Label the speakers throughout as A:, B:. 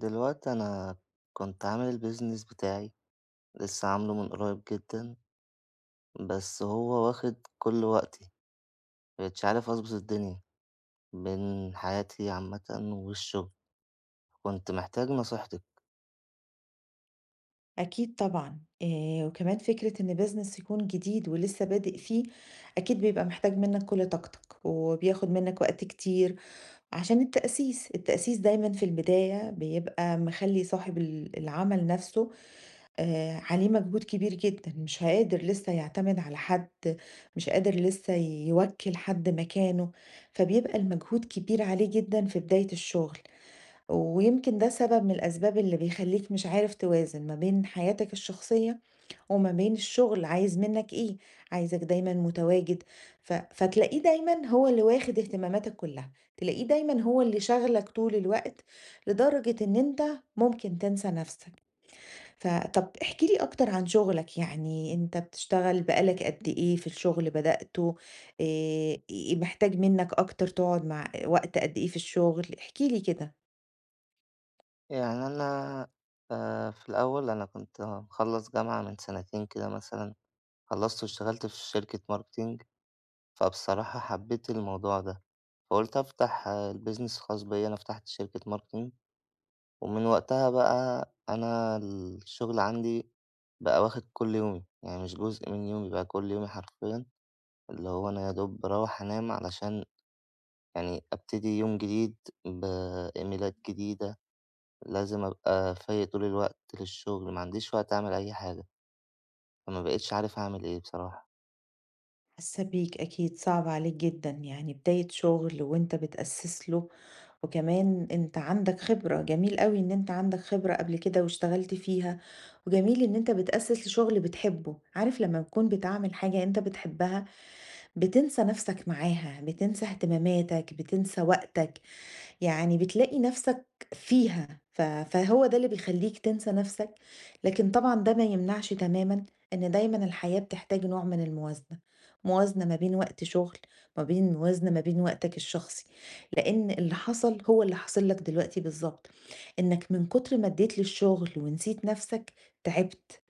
A: دلوقتي أنا كنت عامل البيزنس بتاعي لسه عامله من قريب جدًا، بس هو واخد كل وقتي، ما بقيتش عارف أضبط الدنيا بين حياتي عامةً والشغل، كنت محتاج نصيحتك.
B: أكيد طبعًا، وكمان فكرة إن business يكون جديد ولسه بادئ فيه، أكيد بيبقى محتاج منّك كل طاقتك، وبياخد منّك وقت كتير عشان التأسيس، التأسيس دايمًا في البداية بيبقى مخلّي صاحب العمل نَفْسه عليه مجهود كبير جدًا، مش قادر لسه يعتمد على حد، مش قادر لسه يوكّل حد مكانه، فبيبقى المجهود كبير عليه جدًا في بداية الشغل، ويمكن ده سبب من الأسباب اللي بيخلّيك مش عارف توازن ما بين حياتك الشخصية وما بين الشغل عايز منك إيه، عايزك دايمًا متواجد، فتلاقيه دايمًا هو اللي واخد اهتماماتك كلها، تلاقيه دايمًا هو اللي شاغلك طول الوقت، لدرجة إن أنت ممكن تنسى نفسك. فطب احكِ لي أكتر عن شغلك، يعني أنت بتشتغل بقى لك قد إيه في الشغل بدأته، آآ، إيه محتاج منك أكتر تقعد مع وقت قد إيه في الشغل؟ احكِ لي كده.
A: يعني أنا في الأول أنا كنت مخلّص جامعة من سنتين كده مثلًا، خلّصت واشتغلت في شركة marketing، فبصراحة حبيت الموضوع ده، فقُلت أفتح البيزنس الخاص بيّا، أنا فتحت شركة marketing. ومن وقتها بقى أنا الشغل عندي بقى واخد كل يومي، يعني مش جزء من يومي، بقى كل يومي حرفيًا، اللي هو أنا يا دوب باروّح أنام علشان يعني أبتدي يوم جديد بإيميلات جديدة، لازم أبقى فايق طول الوقت للشغل، ما عنديش وقت أعمل أي حاجة، فما بقيتش عارف أعمل إيه بصراحة.
B: حاسة بيك أكيد، صعب عليك جدًا، يعني بداية شغل وأنت بتأسس له وكمان أنت عندك خبرة، جميل أوي إن أنت عندك خبرة قبل كده واشتغلت فيها، وجميل إن أنت بتأسس لشغل بتحبه، عارف لما تكون بتعمل حاجة أنت بتحبها بتنسى نفسك معاها، بتنسى اهتماماتك، بتنسى وقتك، يعني بتلاقي نفسك فيها فهو ده اللي بيخلّيك تنسى نفسك، لكن طبعًا ده ما يمنعش تمامًا إن دايمًا الحياة بتحتاج نوع من الموازنة، موازنة ما بين وقت شغل، ما بين موازنة ما بين وقتك الشخصي، لإن اللي حصل هو اللي حاصل لك دلوقتي بالضبط، إنك من كتر ما ادّيت للشغل ونسيت نفسك تعبت.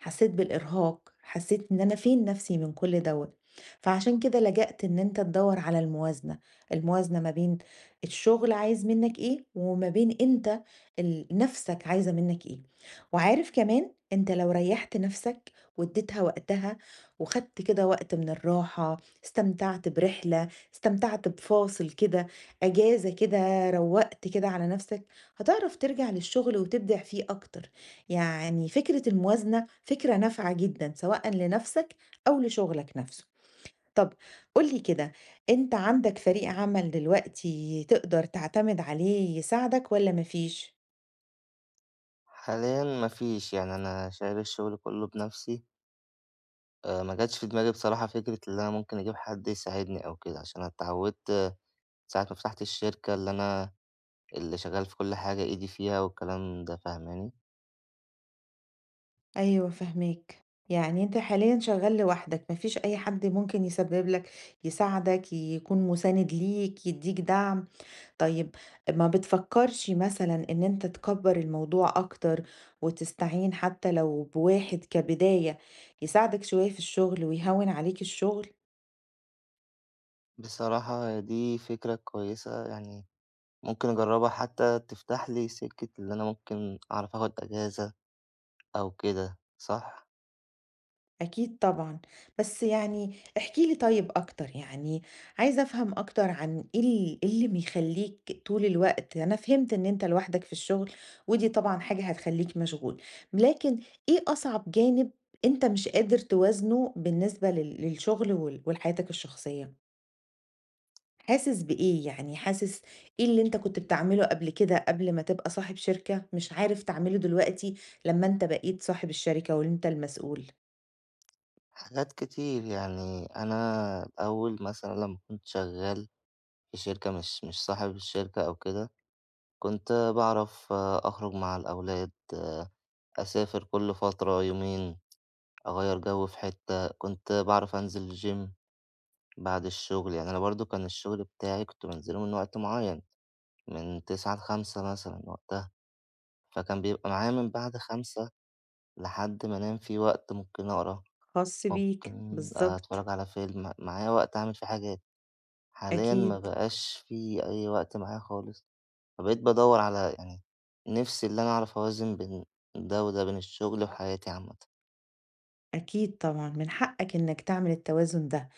B: حسيت بالإرهاق، حسيت إن أنا فين نفسي من كل دوّة، فعشان كده لجأت إن أنت تدوّر على الموازنة، الموازنة ما بين الشغل عايز منّك إيه، وما بين أنت نفسك عايزة منّك إيه، وعارف كمان أنت لو ريّحت نفسك واديتها وقتها وخدت كده وقت من الراحة، استمتعت برحلة، استمتعت بفاصل كده، أجازة كده، روّقت كده على نفسك، هتعرف ترجع للشغل وتبدع فيه أكتر. يعني فكرة الموازنة فكرة نافعة جدًا، سواءً لنفسك أو لشغلك نفسه. طب قُل لي كده، أنت عندك فريق عمل دلوقتي تقدر تعتمد عليه يساعدك والّا ما فيش؟
A: حاليًا ما فيش، يعني أنا شايل الشغل كله بنفسي. ما جاتش في دماغي بصراحة فكرة اللي أنا ممكن أجيب حد يساعدني أو كده، عشان أنا اتعودت ساعة ما فتحت الشركة اللي شغال في كل حاجة إيدي فيها، والكلام ده فاهماني؟
B: أيوه فاهماك. يعني أنت حاليًا شغال لوحدك، ما فيش أي حد ممكن يسبب لك يساعدك، يكون مساند ليك، يدّيك دعم؟ طيب ما بتفكّرش مثلًا إن أنت تكبّر الموضوع أكتر وتستعين حتى لو بواحد كبداية يساعدك شوية في الشغل ويهوّن عليك الشغل؟
A: بصراحة دي فكرة كويسة، يعني ممكن أجربها حتى تفتح لي سكة اللي أنا ممكن أعرف آخد أجازة أو كده، صح؟
B: أكيد طبعًا، بس يعني احكِ لي طيب أكتر، يعني عايزة أفهم أكتر عن إيه إيه اللي بيخلّيك طول الوقت أنا فهمت إن أنت لوحدك في الشغل ودي طبعًا حاجة هتخلّيك مشغول، لكن إيه أصعب جانب أنت مش قادر توازنه بالنسبة للشغل ولحياتك الشخصية؟ حاسس بإيه؟ يعني حاسس إيه اللي أنت كنت بتعمله قبل كده قبل ما تبقى صاحب شركة مش عارف تعمله دلوقتي لما أنت بقيت صاحب الشركة وأنت المسؤول؟
A: حاجات كتير. يعني أنا الأول مثلا لما كنت شغال في شركة مش صاحب الشركة أو كده، كنت بعرف أخرج مع الأولاد، أسافر كل فترة يومين أغير جو في حتة، كنت بعرف أنزل الجيم بعد الشغل. يعني أنا برضه كان الشغل بتاعي كنت بانزله من وقت معيّن، من 09:00 ل17:00 مثلًا وقتها، فكان بيبقى معايا من بعد 17:00 لحد ما أنام، فيه وقت ممكن أقرا،
B: خاص بيك
A: ممكن
B: بالظبط.
A: أتفرّج على فيلم، معايا وقت أعمل فيه حاجات. حاليًا ما
B: أكيد.
A: بقاش في أي وقت معايا خالص، فبقيت بادوّر على يعني نِفْسي اللي أنا أعرف أوازن بين ده وده، بين الشغل وحياتي عامةً.
B: أكيد طبعا من حقك إنك تعمل التوازن ده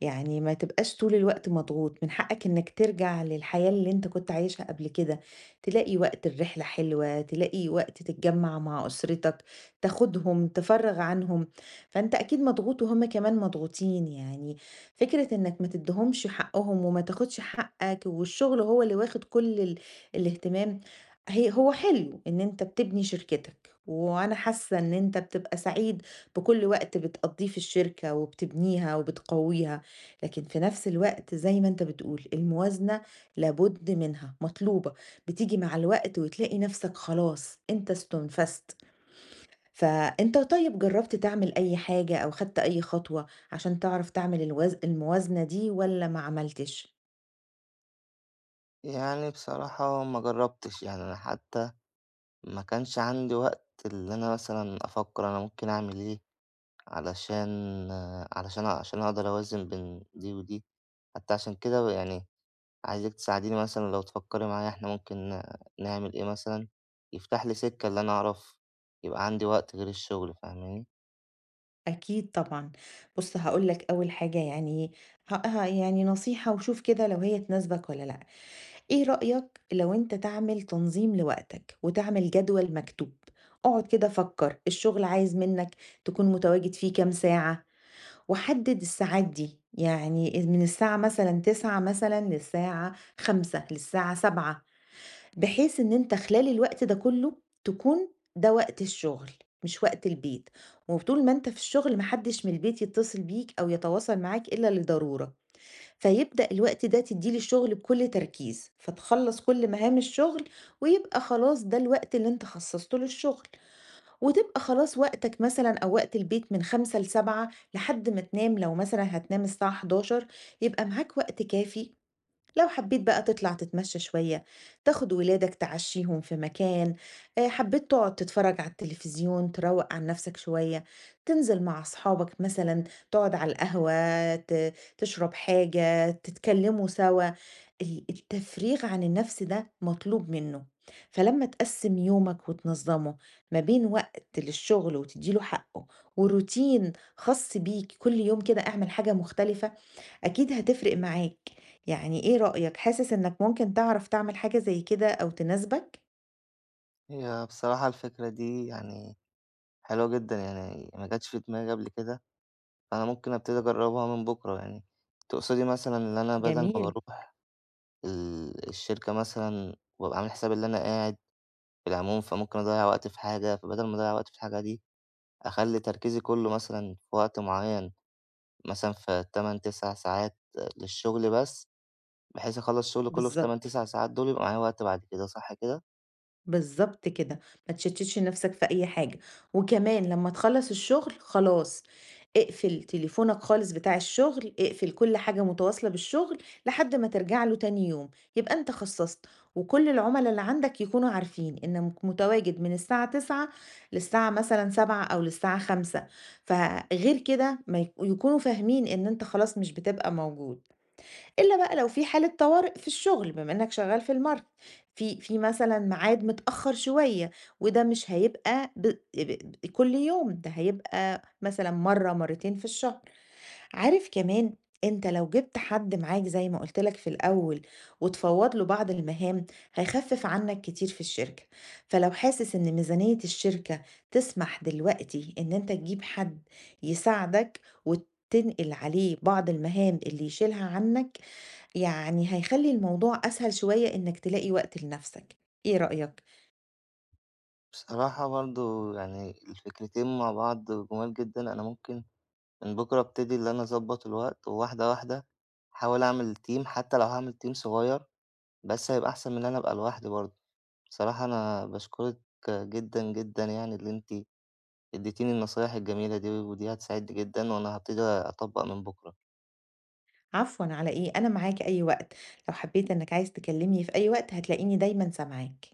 B: يعني ما تبقاش طول الوقت مضغوط، من حقك إنك ترجع للحياة اللي أنت كنت عايشها قبل كده، تلاقي وقت الرحلة حلوة، تلاقي وقت تتجمّع مع أسرتك، تاخدهم، تفرّغ عنهم، فأنت أكيد مضغوط وهُم كمان مضغوطين، يعني فكرة إنك ما تدّيهمش حقّهم وما تاخدش حقّك والشغل هو اللي واخد كل الاهتمام، هو حلو إن أنت بتبني شركتك، وأنا حاسة إن أنت بتبقى سعيد بكل وقت بتقضّيه في الشركة وبتبنيها وبتقوّيها. لكن في نفس الوقت زي ما أنت بتقول الموازنة لابد منها مطلوبة بتيجي مع الوقت وتلاقي نفسك خلاص أنت استنفذت فأنت طيب جربت تعمل أي حاجة أو خدت أي خطوة عشان تعرف تعمل الموازنة دي ولا ما عملتش؟
A: يعني بصراحة ما جرّبتش، يعني أنا حتى ما كانش عندي وقت اللي أنا مثلًا أفكّر أنا ممكن أعمل إيه علشان علشان عشان أقدر أوازن بين دي ودي، حتى عشان كده يعني عايزِك تساعديني مثلًا لو تفكّري معايا إحنا ممكن نعمل إيه مثلًا، يفتح لي سِكّة اللي أنا أعرف يبقى عندي وقت غير الشغل، فاهماني؟
B: أكيد طبعا. بص هقولك أول حاجة يعني يعني نصيحة وشوف كده لو هي تناسبك ولا لأ. إيه رأيك لو أنت تعمل تنظيم لوقتك وتعمل جدول مكتوب اقعد كده فكر الشغل عايز منك تكون متواجد فيه كام ساعة وحدد الساعات دي يعني من الساعة مثلا 9 مثلا للساعة 5 للساعة 7 بحيث إن أنت خلال الوقت ده كله تكون ده وقت الشغل مش وقت البيت وطول ما أنت في الشغل محدش من البيت يتصل بيك أو يتواصل معاك إلا لضرورة فيبدأ الوقت ده تدّيه للشغل بكل تركيز، فتخلّص كل مهام الشغل ويبقى خلاص ده الوقت اللي أنت خصّصته للشغل، وتبقى خلاص وقتك مثلًا أو وقت البيت من 17:00 ل07:00 لحد ما تنام لو مثلًا هتنام الساعة 23:00 يبقى معاك وقت كافي لو حبيت بقى تطلع تتمشى شوية تاخد ولادك تعشيهم في مكان آه، حبيت تقعد تتفرج على التلفزيون تروق عن نفسك شوية تنزل مع أصحابك مثلا تقعد على القهوة تشرب حاجة تتكلموا سوا التفريغ عن النفس ده مطلوب منه فلما تقسم يومك وتنظمه ما بين وقت للشغل وتديله حقه وروتين خاص بيك كل يوم كده اعمل حاجة مختلفة أكيد هتفرق معاك، يعني إيه رأيك، حاسس إنك ممكن تعرف تعمل حاجة زي كده أو تناسبك؟
A: هي بصراحة الفكرة دي يعني حلوة جدًا، يعني ما جاتش في دماغي قبل كده، فأنا ممكن أبتدي أجرّبها من بُكرة يعني. تقصدي مثلًا إن أنا بدل ما
B: جميل.
A: باروح الشركة مثلًا وأبقى عامل حسابي اللي أنا قاعد في العموم، فممكن أضيّع وقت في حاجة، فبدل ما أضيّع وقت في الحاجة دي أخلّي تركيزي كلّه مثلًا في وقت معيّن، مثلًا في 8، 9 ساعات للشغل بس، بحيث أخلّص الشغل كلّه في 8،
B: بالضبط.
A: 9 ساعات دول يبقى معايا وقت بعد كده، صح كده؟
B: بالضبط كده، ما تشتتش نفسك في أي حاجة، وكمان لمّا تخلّص الشغل خلاص اقفل تليفونك خالص بتاع الشغل، اقفل كل حاجة متواصلة بالشغل لحد ما ترجع له تاني يوم، يبقى أنت خصّصت، وكل العُملا اللي عندك يكونوا عارفين إنك متواجد من الساعة 09:00 للساعة مثلًا 19:00 أو للساعة 17:00 فغير كده ما يكونوا فاهمين إن أنت خلاص مش بتبقى موجود. إلا بقى لو في حالة طوارئ في الشغل بما إنك شغال في الماركت، في في مثلًا ميعاد متأخر شوية وده مش هيبقى ب ب كل يوم، ده هيبقى مثلًا مرة، مرتين في الشهر. عارف كمان أنت لو جبت حد معاك زي ما قُلت لك في الأول وتفوّض له بعض المهام، هيخفف عنك كتير في الشركة. فلو حاسس إن ميزانية الشركة تسمح دلوقتي إن أنت تجيب حد يساعدك وتنقل عليه بعض المهام اللي يشيلها عنك، يعني هيخلّي الموضوع أسهل شوية إنك تلاقي وقت لنَفْسك، إيه رأيك؟
A: بصراحة برضه يعني الفكرتين مع بعض جُمال جدًا، أنا ممكن من بُكرة أبتدي اللي أنا أضبّط الوقت، وواحدة، واحدة أحاول أعمل team حتى لو هاعمل team صغيّر، بس هيبقى أحسن من إن أنا أبقى لوحدي برضه. بصراحة أنا باشكرِك جدًا، جدًا يعني اللي أنتِ ادّيتيني النصايح الجميلة دي، ودي هتساعدني جدًا، وأنا هابتدي أطبّق من بُكرة.
B: عفوًا على إيه، أنا معاك أي وقت، لو حبّيت إنك عايز تكلّمني في أي وقت هتلاقيني دايمًا سامعاك.